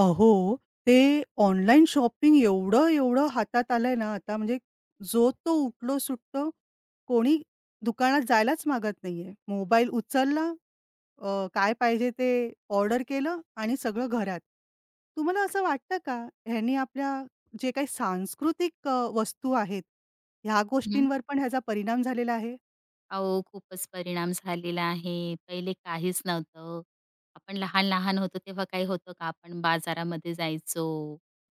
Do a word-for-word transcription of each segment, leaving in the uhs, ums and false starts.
अहो, ते online shopping एवढं-एवढं हातात आलंय ना आता म्हणजे जो तो उठलो सुटतो, कोणी दुकानात जायलाच मागत नाहीये. मोबाईल उचलला, अ, काय पाहिजे ते ऑर्डर केलं आणि सगळं घरात. तुम्हाला असं वाटतं का, ह्यांनी आपल्या जे काही सांस्कृतिक अ, वस्तू आहेत, ह्या हं, हं. गोष्टींवर पण ह्याचा परिणाम झालेला आहे? अहो, खूपच परिणाम झालेला आहे. पहिले काहीच नव्हतं. आपण लहान-लहान होतो तेव्हा काही होतं का? आपण बाजारामध्ये जायचो.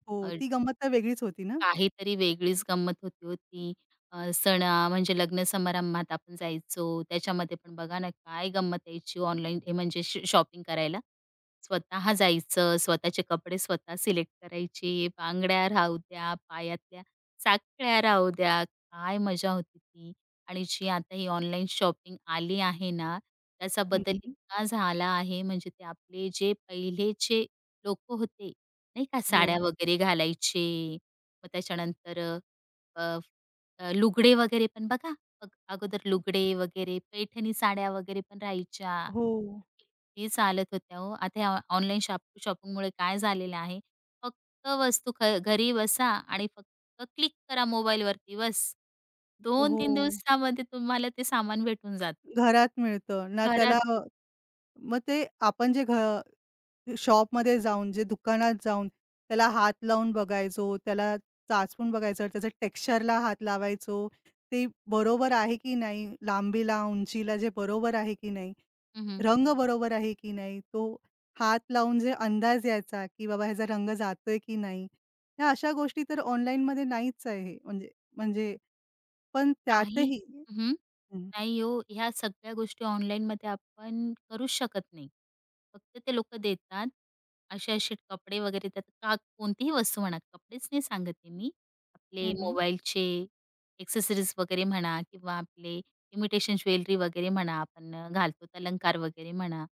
हो, अ, ती गंमत तर वेगळीच होती ना? काहीतरी वेगळीच गंमत होती होती, ती. अ, सण अ, म्हणजे लग्न समारंभात आपण जायचो. त्याच्यामध्ये पण बघा ना, काय गंमत यायची ऑनलाईन हे म्हणजे श शॉपिंग करायला. स्वतः जायचं, स्वतःचे कपडे स्वतः सिलेक्ट करायचे. बांगड्या राहू द्या, पायातल्या साखळ्या राहू द्या, काय मजा होती ती. आणि जी आता ही ऑनलाईन शॉपिंग आली आहे ना, त्याचा हं, बदल हं. इतका झाला आहे. म्हणजे ते आपले जे पहिलेचे लोकं होते, नाही का, हो. साड्या वगैरे घालायचे मग त्याच्यानंतर अ, अ, लुगडे वगैरे पण बघा, अग अगोदर लुगडे वगैरे, पैठणी साड्या वगैरे पण राहायच्या. हो, किती चालत होत्या हो. आता ह्या ऑनलाईन शॉप शॉपिंगमुळे काय झालेलं आहे, फक्त वस्तू ख घरी बसा आणि फक्त क्लिक करा मोबाईलवरती बस. हो. दोन तीन दिवसामध्ये तुम्हाला ते सामान भेटून जातं. घरात मिळतं ना त्याला अ, घरातच. मग ते आपण जे घ शॉपमध्ये जाऊन, जे दुकानात जाऊन त्याला हात लावून बघायचो, त्याला चाचपून बघायचं, त्याच्या टेक्स्चरला हात लावायचो. ते बरोबर आहे की नाही, लांबीला, उंचीला जे बरोबर आहे की नाही, रंग बरोबर आहे की नाही, तो हात लावून जे अंदाज यायचा, की बाबा ह्याचा रंग जातोय की नाही. ह्या अशा गोष्टी तर ऑनलाईनमध्ये नाहीच आहे म्हणजे म्हणजे पण काही त्यातही हं, हं. हं. नाही हो, ह्या सगळ्या गोष्टी ऑनलाईनमध्ये आपण करूच शकत नाही. फक्त ते लोकं देतात. असे-असे कपडे वगैरे देतात. का कोणतीही वस्तू म्हणा, कपडेच नाही सांगत आहे मी. आपले हं, हं. हं. मोबाईलचे एक्सेसरीज वगैरे म्हणा किंवा आपले इमिटेशन ज्वेलरी वगैरे म्हणा, आपण अ, घालतो ते अलंकार वगैरे म्हणा,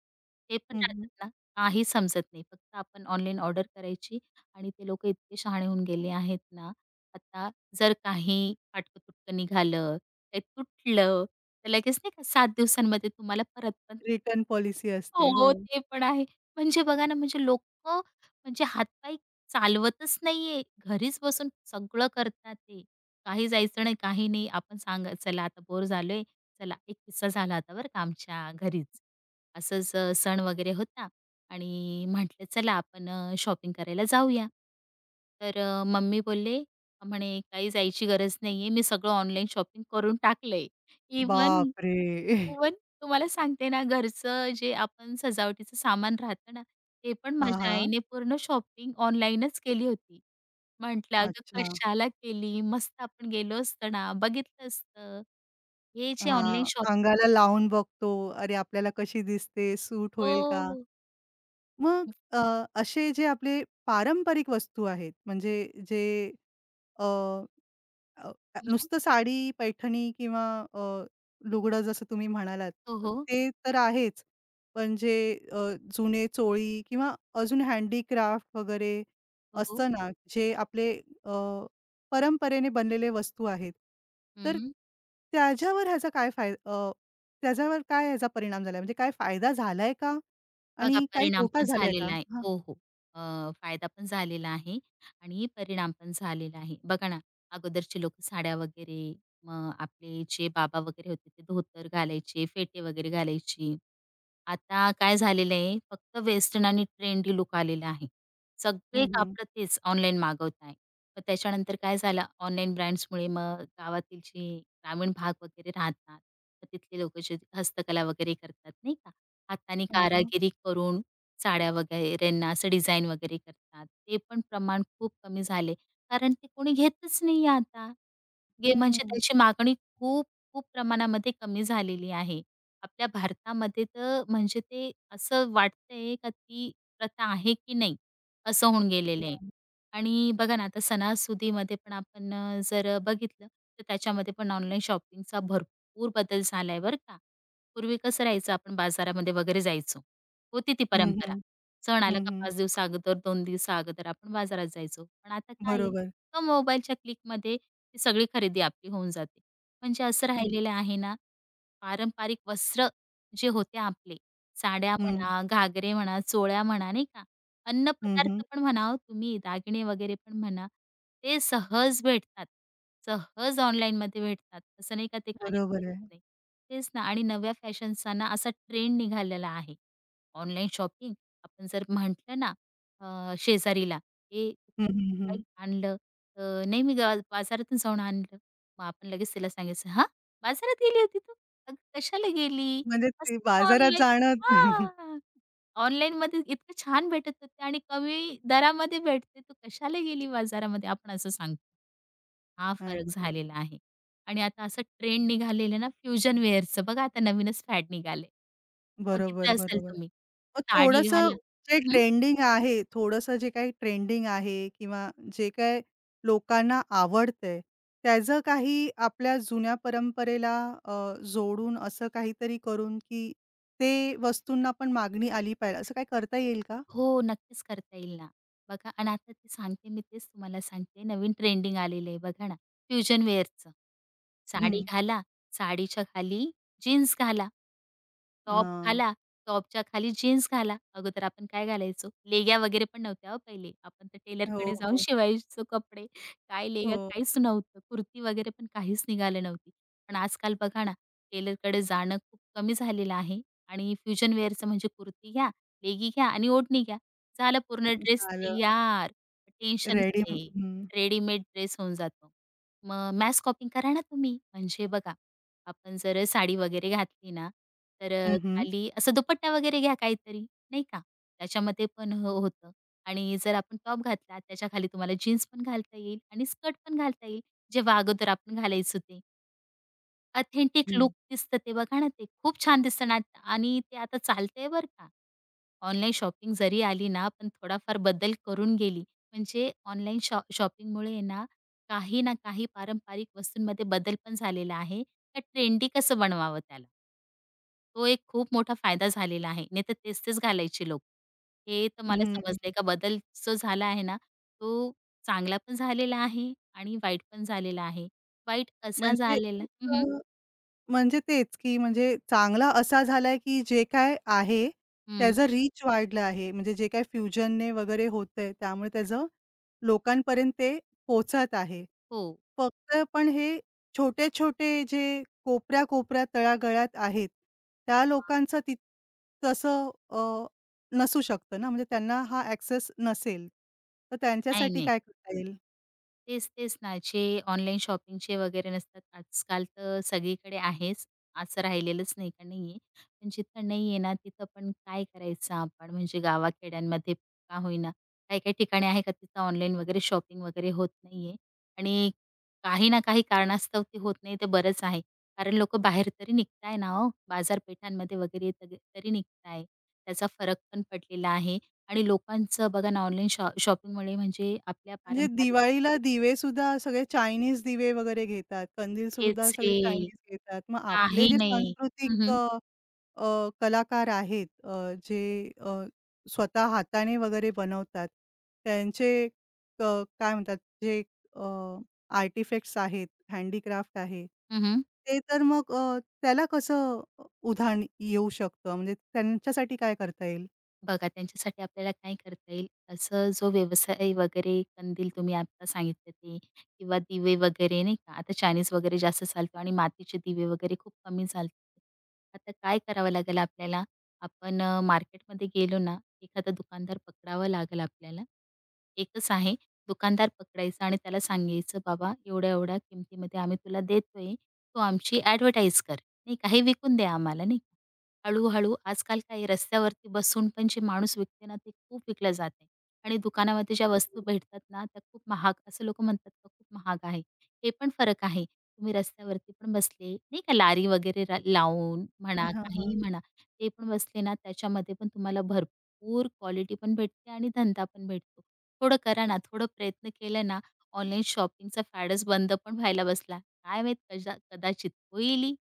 ते पण हं, हं. राहतात ना, काही समजत नाही. फक्त आपण ऑनलाईन ऑर्डर करायची आणि ते लोकं इतके शहाणे होऊन गेले आहेत ना, आता जर काही फाटकं-तुटकं निघालं, काही तुटलं, तर लगेच नाही का सात दिवसांमध्ये तुम्हाला परत पण रिटर्न पॉलिसी हो, असते. हो. हो, ते पण आहे. म्हणजे बघा ना, म्हणजे लोकं म्हणजे हातपाय चालवतच नाहीये. घरीच बसून सगळं करतात ते. काही जायचं नाही, काही नाही. आपण सांगा, "चला आता बोर झालोय. चला एक किस्सा झाला होता बरं का आमच्या घरीच." असंच अ, सण वगैरे होता आणि म्हटलं चला आपण शॉपिंग करायला जाऊया. तर अ, मम्मी बोलले म्हणे "काही जायची गरज नाहीये, मी सगळं ऑनलाईन शॉपिंग करून टाकलंय. इवन, बापरे! इव्हन तुम्हाला सांगते ना घरचं जे आपण सजावटीचं सामान राहतं ना, ते पण हां, माझ्या हां. आईने पूर्ण शॉपिंग ऑनलाईनच केली होती." म्हटलं "अगं अच्छा. कशाला केली? मस्त आपण गेलो असतो ना, बघितलं असतं." हे जे ऑनलाईन हां. शॉप अंगाला लावून बघतो. अरे, आपल्याला कशी दिसते? सूट होईल का? हो. मग अ, असे जे आपले पारंपरिक वस्तू आहेत, म्हणजे जे अ अ, अ, हं, नुसतं साडी, पैठणी किंवा अ, लुगडं जसं तुम्ही म्हणालात, हो, हो. ते तर आहेच. पण जे अ, जुने चोळी किंवा अजून हँडीक्राफ्ट वगैरे हो, हो. असतं ना, जे आपले अ, परंपरेने बनलेले वस्तू आहेत. तर हं. त्याच्यावर ह्याचा काय फाय त्याच्यावर काय ह्याचा परिणाम झालाय? म्हणजे काय फायदा झालाय का? बघा आणि काही परिणाम तोटा पण झालाय का? झालेला आहे. हां. हो, हो. अ, फायदा पण झालेला आहे आणि परिणाम पण झालेला आहे. बघा ना, अगोदरचे लोकं साड्या वगैरे, मग आपले जे बाबा वगैरे होते ते धोतर घालायचे, फेटे वगैरे घालायची. आता काय झालेलं आहे, फक्त वेस्टर्न आणि ट्रेंडी लूक आलेला आहे. हं, सगळे हं. कापड तेच ऑनलाईन मागवताय. मग त्याच्यानंतर काय झालं, ऑनलाईन ब्रँड्समुळे मग गावातील जे ग्रामीण भाग वगैरे राहतात, मग तिथले लोकं जे हस्तकला वगैरे करतात नाही का? हाताने हां. कारागिरी करून साड्या वगैरेंना असं डिझाईन वगैरे करतात. ते पण प्रमाण खूप कमी झाले. कारण ते कोणी घेतच नाहीये आता. गे म्हणजे हं. त्याची मागणी खूप, खूप प्रमाणामध्ये कमी झालेली आहे. आपल्या भारतामध्ये तर म्हणजे ते असं वाटतंय का ती प्रथा आहे की नाही, असं होऊन गेलेलं आहे. हं. आणि बघा ना आता सणासुदीमध्ये पण आपण अ, जर बघितलं तर त्याच्यामध्ये पण ऑनलाईन शॉपिंगचा भरपूर बदल झालाय बरं का. पूर्वी कसं राहायचं आपण बाजारामध्ये वगैरे जायचो. होती ती हं, परंपरा. हं. सण आला का हं, पाच दिवसा अगोदर, दोन दिवसा अगोदर आपण बाजारात जायचो. पण आता काय आहे, बरोबर. एका मोबाईलच्या क्लिकमध्ये ती सगळी खरेदी आपली होऊन जाते. म्हणजे असं राहिलेलं आहे ना, पारंपरिक वस्त्र जे होते आपले, साड्या हं. म्हणा, घागरे म्हणा, चोळ्या म्हणा, नाही का? हं, हं. अन्नपदार्थ पण म्हणा हो तुम्ही, दागिने वगैरे पण म्हणा, ते सहज भेटतात. सहज ऑनलाईनमध्ये भेटतात. असं नाही का ते काहीच बरोबर भेटत आहे. नाही. तेच ना आणि नव्या फॅशनचा ना असा ट्रेंड निघालेला आहे. ऑनलाईन शॉपिंग आपण जर म्हटलं ना अ, शेजारीला, "ए, तू हं, काय हं, हं. काय आणलं?" अ, "नाही, मी गा बाजारातून जाऊन आणलं." मग आपण लगेच तिला सांगायचं, "हां? बाजारात गेली होती तू?" अग कशाला गेली? म्हणजे मस्त ते बाजारात ऑनलाईन जाणं हां. ऑनलाईनमध्ये इतकं छान भेटत होते आणि कमी दरामध्ये भेटते. तू कशाला गेली बाजारामध्ये? आपण असं सांगतो. हा फरक अच्छा. झालेला आहे. आणि आता असं ट्रेंड निघालेलं ना फ्युजन वेअरचं बघा आता नवीनच फॅड निघाले. बरोबर, बघितलं असेल बरोबर. तुम्ही. मग साडी थोडंसं घाला. जे ट्रेंडिंग आहे, थोडंसं जे काही ट्रेंडिंग आहे किंवा जे काही लोकांना आवडतंय, त्याचं काही आपल्या जुन्या परंपरेला अ, जोडून असं काहीतरी करून, की ते वस्तूंना पण मागणी आली पाहिजे, असं काही करता येईल का? हो, नक्कीच करता येईल ना. बघा आणि आता ते सांगते मी तेच तुम्हाला सांगते नवीन ट्रेंडिंग आलेलं आहे बघा ना, फ्युजन वेअरचं. साडी हं. घाला, साडीच्या खाली जीन्स घाला. टॉप हां. घाला, टॉपच्या खाली जीन्स घाला. अगोदर आपण काय घालायचो? लेग्या वगैरे पण नव्हत्या हो पहिले. आपण तर हो, टेलरकडे जाऊन हो. शिवायचो कपडे. काय लेग्या हो. काहीच नव्हतं. कुर्ती वगैरे पण काहीच निघाली नव्हती. पण आजकाल बघा ना, टेलरकडे जाणं खूप कमी झालेलं आहे आणि फ्युजन वेअरचं म्हणजे कुर्ती घ्या, लेगी घ्या आणि ओढणी घ्या. झाला पूर्ण ड्रेस झालं. तयार. टेन्शनच रेडी नाही. रेडीमेड ड्रेस होऊन जातो. मग मॅस शॉपिंग करा ना तुम्ही. म्हणजे बघा आपण जर साडी वगैरे घातली ना, तर हं, अ, हं. खाली असा दुपट्टा वगैरे घ्या काहीतरी, नाही का? त्याच्यामध्ये पण हो होतं आणि जर आपण टॉप घातला त्याच्या खाली तुम्हाला जीन्स पण घालता येईल आणि स्कर्ट पण घालता येईल, जेव्हा अगोदर आपण घालायचो ते. ऑथेंटिक लूक हं. दिसतं ते बघा ना ते. खूप छान दिसतं ना आणि ते आता चालतंय बरं का. ऑनलाईन शॉपिंग जरी आली ना, पण थोडाफार बदल करून गेली. म्हणजे ऑनलाईन शॉ शॉपिंगमुळे आहे ना, काही ना काही पारंपरिक वस्तूंमध्ये बदल पण झालेला आहे. तर ट्रेंडी कसं बनवावं त्याला? तो एक खूप मोठा फायदा झालेला आहे. नाहीतर तेच-तेच घालायचे लोक. हे तर मला हं, समजलंय हं. का बदल जो झाला आहे ना, तो चांगला पण झालेला आहे आणि वाईट पण झालेला आहे. वाईट असा म्हणजे झालेला अ, म्हणजे तेच, की म्हणजे चांगला असा झालाय, की जे काय आहे हं. त्याचा रीच वाढला आहे. म्हणजे जे काही फ्युजनने वगैरे होतंय त्यामुळे त्याचं लोकांपर्यंत ते पोहचत आहे. हो. फक्त पण हे छोटे-छोटे जे कोपऱ्या-कोपऱ्या, तळागाळात आहेत, त्या लोकांचं ति तसं अ, नसू शकतं ना, म्हणजे त्यांना हा ॲक्सेस नसेल. तर नाही, त्यांच्यासाठी नाही. काय करता येईल? तेच, तेच ना. जे ऑनलाईन शॉपिंगचे वगैरे नसतात आजकाल तर सगळीकडे आहेच. असं राहिलेलंच नाही का नाहीये. पण जिथं नाहीये ना, तिथं पण काय करायचं आपण म्हणजे गावाखेड्यांमध्ये का होईना, काही-काही ठिकाणी आहे का तिथं ऑनलाईन वगैरे शॉपिंग वगैरे होत नाहीये आणि काही ना काही कारणास्तव ते होत नाही ते बरंच आहे. कारण लोकं बाहेर तरी निघताय ना हो, बाजारपेठांमध्ये वगैरे तरी तरी निघताय. त्याचा फरक पण पडलेला आहे आणि लोकांचं बघा ना ऑनलाईन शॉ शॉपिंगमुळे म्हणजे आपल्या म्हणजे पारंपरिक दिवाळीला दिवेसुद्धा सगळे चायनीज दिवे वगैरे घेतात. कंदीलसुद्धा तेच सगळे आहे. चायनीज घेतात. मग आपले काही जे नाही. हं, सांस्कृतिक हं. अ, अ, कलाकार आहेत अ, जे अ, स्वतः हाताने वगैरे बनवतात, त्यांचे क काय म्हणतात जे आर्टिफॅक्ट्स आहेत, हँडीक्राफ्ट आहे, हं, हं. ते तर मग अ, त्याला कसं उधाण येऊ शकतं? म्हणजे त्यांच्यासाठी काय करता येईल? बघा त्यांच्यासाठी आपल्याला काय करता येईल, असं जो व्यवसाय वगैरे कंदील तुम्ही आता सांगितलं ते किंवा दिवे वगैरे नाही का, आता चायनीज वगैरे जास्त चालतो आणि मातीचे दिवे वगैरे खूप कमी चालतात. आता काय करावं लागेल आपल्याला? आपण अ, मार्केटमध्ये गेलो ना, एखादा दुकानदार पकडावा लागेल आपल्याला. एकच आहे दुकानदार पकडायचा आणि त्याला सांगायचं, "बाबा एवढ्या-एवढ्या किमतीमध्ये आम्ही तुला देतोय, तू आमची ॲडव्हर्टाइज कर." नाही का, "हे विकून द्या आम्हाला." नाही का. हळू-हळू आजकाल काय रस्त्यावरती बसून पण जे माणूस विकते ना, ते खूप विकलं जाते आहे. आणि दुकानामध्ये ज्या वस्तू भेटतात ना, त्या खूप महाग असं लोकं म्हणतात का खूप महाग आहे. हे पण फरक आहे. तुम्ही रस्त्यावरती पण बसले, नाही का लारी वगैरे रा लावून म्हणा, हां, काहीही म्हणा, ते पण बसले ना, त्याच्यामध्ये पण तुम्हाला भरपूर क्वालिटी पण भेटते आणि धंदा पण भेटतो. थोडं करा ना, थोडं प्रयत्न केला ना, ऑनलाईन शॉपिंगचा फॅडच बंद पण व्हायला बसला. काय माहीत कजा कदाचित होईलही.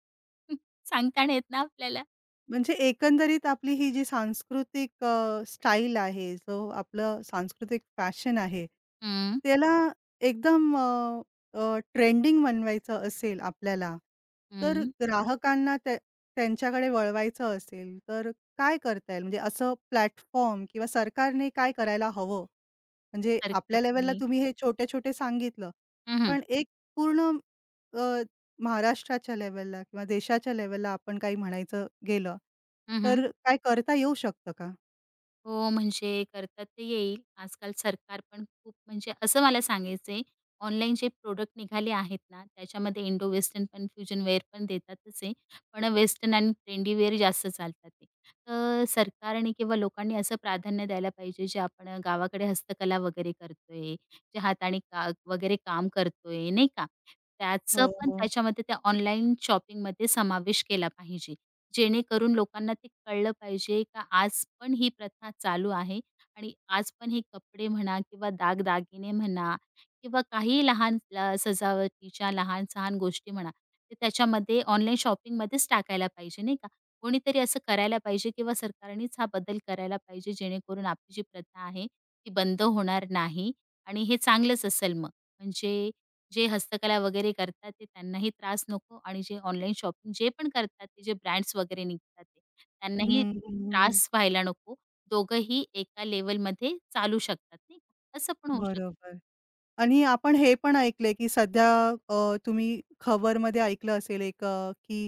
सांगता नाही येत ना आपल्याला. म्हणजे एकंदरीत आपली ही जी सांस्कृतिक अ, स्टाईल आहे, जो आपलं सांस्कृतिक फॅशन आहे, हं. त्याला एकदम अ, अ, ट्रेंडिंग बनवायचं असेल आपल्याला, तर हं, ग्राहकांना त्या त्यांच्याकडे वळवायचं असेल, तर काय करता येईल? म्हणजे असं प्लॅटफॉर्म किंवा सरकारने काय करायला हवं? म्हणजे आपल्या लेव्हलला सरकारने तुम्ही हे छोटे-छोटे सांगितलं, हं, हं. पण एक पूर्ण महाराष्ट्राच्या लेव्हलला किंवा देशाच्या लेवलला आपण काही म्हणायचं गेलं, हं, हं. तर काय करता येऊ शकतं का? हो, म्हणजे करतात ते येईल. आजकाल सरकार पण खूप म्हणजे असं मला सांगायचं ऑनलाईन जे प्रोडक्ट निघाले आहेत ना, त्याच्यामध्ये इंडो वेस्टर्न पण फ्युजन वेअर पण देतातच आहे. पण वेस्टर्न आणि ट्रेंडी वेअर जास्त चालतात ते. तर सरकारने किंवा लोकांनी असं प्राधान्य द्यायला पाहिजे, जे आपण गावाकडे हस्तकला वगैरे करतोय, जे हाताने का वगैरे काम करतोय, नाही का? त्याचं हो, पण हो. त्याच्यामध्ये त्या ऑनलाईन शॉपिंगमध्ये समावेश केला पाहिजे. जेणेकरून लोकांना ते कळलं पाहिजे का आज पण ही प्रथा चालू आहे आणि आज पण हे कपडे म्हणा किंवा दागदागिने म्हणा किंवा काही लहान ल सजावटीच्या लहान-सहान गोष्टी म्हणा, ते त्याच्यामध्ये ऑनलाईन शॉपिंगमध्येच टाकायला पाहिजे नाही का? कोणीतरी असं करायला पाहिजे किंवा सरकारनेच हा बदल करायला पाहिजे जेणेकरून आपली जी प्रथा आहे ती बंद होणार नाही आणि हे चांगलंच असेल मग. म्हणजे जे हस्तकला वगैरे करतात ते त्यांनाही त्रास नको आणि जे ऑनलाईन शॉपिंग जे पण करतात ते जे ब्रँड्स वगैरे निघतात ते त्यांनाही हं, हं, हं. त्रास व्हायला नको. दोघंही एका लेव्हलमध्ये चालू शकतात नाही का? असं पण होऊ शकतं. बरोबर. आणि आपण हे पण ऐकलंय, की सध्या अ, तुम्ही खबरमध्ये ऐकलं असेल एक अ, की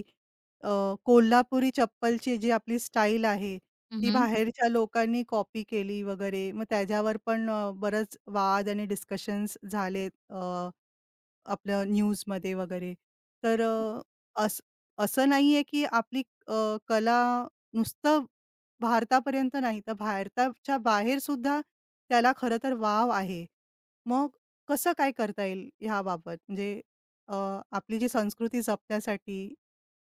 अ, कोल्हापुरी चप्पलची जी आपली स्टाईल आहे, ती बाहेरच्या लोकांनी कॉपी केली वगैरे. मग त्याच्यावर पण अ, बरंच वाद आणि डिस्कशन्स झालेत. अ आपल्या न्यूजमध्ये वगैरे. तर अ, असं असं नाहीये की आपली अ, कला नुसतं भारतापर्यंत नाही, तर भारताच्या बाहेर सुद्धा त्याला खरं तर वाव आहे. मग कसं काय करता येईल ह्याबाबत? म्हणजे अ, आपली जी संस्कृती जपण्यासाठी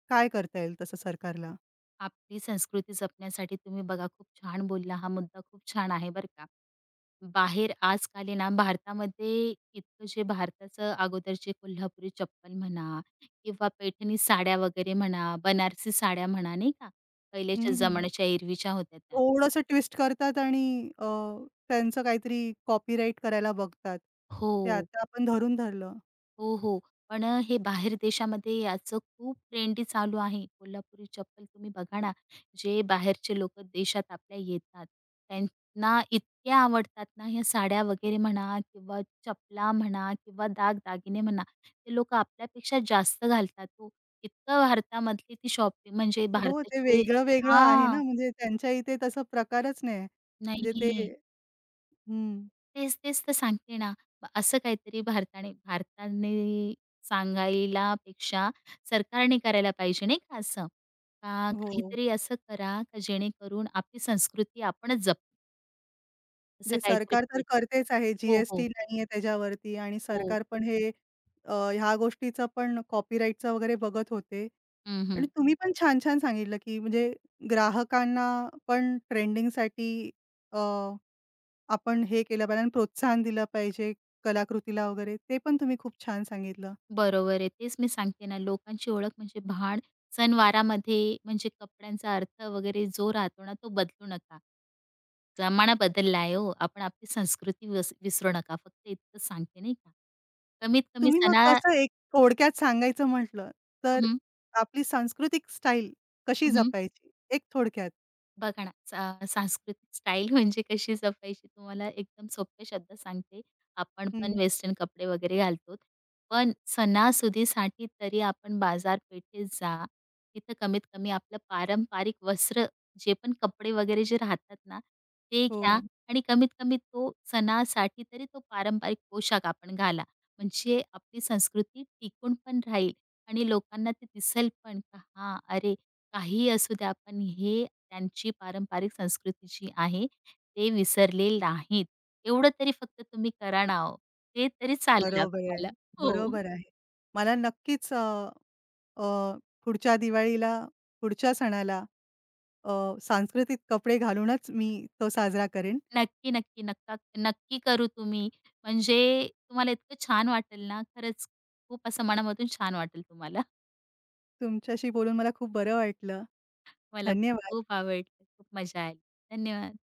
काय करता येईल तसं सरकारला? आपली संस्कृती जपण्यासाठी तुम्ही बघा खूप छान बोलला. हा मुद्दा खूप छान आहे बरं का. बाहेर आजकाल आहे ना भारतामध्ये इतकं जे भारताचं अगोदरचे कोल्हापुरी चप्पल म्हणा किंवा पैठणी साड्या वगैरे म्हणा, बनारसी साड्या म्हणा, नाही का? पहिल्याच्या हं, हं. जमान्याच्या एरवीच्या होत्या त्या. थोडंसं ट्विस्ट करतात आणि अ, त्यांचं काहीतरी कॉपीराइट करायला बघतात. हो. ते आता आपण धरून धरलं. हो, हो. पण अ, हे बाहेर देशामध्ये याचं खूप ट्रेंडी चालू आहे. कोल्हापुरी चप्पल तुम्ही बघा ना, जे बाहेरचे लोकं देशात आपल्या येतात, त्यांना इतक्या आवडतात ना, ह्या साड्या वगैरे म्हणा किंवा चपला म्हणा किंवा दागदागिने म्हणा, ते लोकं आपल्यापेक्षा जास्त घालतात हो. इतकं भारतामधली ती शॉपिंग म्हणजे हो, ते भारताची वेगळं-वेगळं आहे हां. ना, म्हणजे त्यांच्या इथे तसा प्रकारच नाही आहे. म्हणजे ते नाहीये. हं, तेच, तेच तर सांगते ना. मग असं काहीतरी भारताने भारताने सांगायला पेक्षा सरकारने करायला पाहिजे नाही का असं? का हो. काहीतरी असं करा, का जेणेकरून आपली संस्कृती आपणच जपू असं जे काहीतरी सरकार तर भेट करतेच आहे, हो, हो, जी-एस-टी नाहीये त्याच्यावरती आणि हो. सरकार पण हे अ, ह्या गोष्टीचं पण कॉपीराईटचं वगैरे बघत होते. हं, हं. आणि तुम्ही पण छान-छान सांगितलं, की म्हणजे ग्राहकांना पण ट्रेंडिंगसाठी अ, आपण हे केलं पाहिजे आणि प्रोत्साहन दिलं पाहिजे कलाकृतीला वगैरे, ते पण तुम्ही खूप छान सांगितलं. बरोबर आहे. तेच मी सांगते ना, लोकांची ओळख म्हणजे भाड सणवारामध्ये म्हणजे कपड्यांचा अर्थ वगैरे जो राहतो ना, तो बदलू नका. जमाना बदलला आहे हो. आपण आपली संस्कृती विस विसरू नका. फक्त इतकंच सांगते नाही का. कमीत कमी तुम्ही मग सणा कसं एक थोडक्यात सांगायचं म्हटलं, हं, तर हं. आपली सांस्कृतिक स्टाईल कशी जपायची? एक थोडक्यात. बघा ना, सा सांस्कृतिक स्टाईल म्हणजे कशी जपायची तुम्हाला एकदम सोप्या शब्दात सांगते. आपण हं. पण वेस्टर्न कपडे वगैरे घालतो. पण सणासुदीसाठी तरी आपण बाजारपेठेत जा. तिथं कमीत कमी आपलं पारंपरिक वस्त्र जे पण कपडे वगैरे जे राहतात ना, ते हो. घ्या आणि कमीत कमी तो सणासाठी तरी तो पारंपरिक पोशाख आपण घाला. म्हणजे आपली संस्कृती टिकून पण राहील आणि लोकांना ते दिसेल पण, का हां, अरे काहीही असू द्या, आपण हे त्यांची पारंपरिक संस्कृती जी आहे, ते विसरले नाहीत. एवढं तरी फक्त तुम्ही करा ना ओ. ते तरी चालेल बरोबर आहे. आपल्याला. हो. बरोबर आहे. मला नक्कीच अ, अ, पुढच्या दिवाळीला, पुढच्या सणाला अ, सांस्कृतिक कपडे घालूनच मी तो साजरा करेन. नक्की, नक्की. नक्का नक्की करू तुम्ही. म्हणजे तुम्हाला इतकं छान वाटेल ना, खरंच खूप असं मनामधून छान वाटेल तुम्हाला. तुमच्याशी बोलून मला खूप बरं वाटलं. मला पण धन्यवाद. खूप आवडलं. खूप मजा आली. धन्यवाद.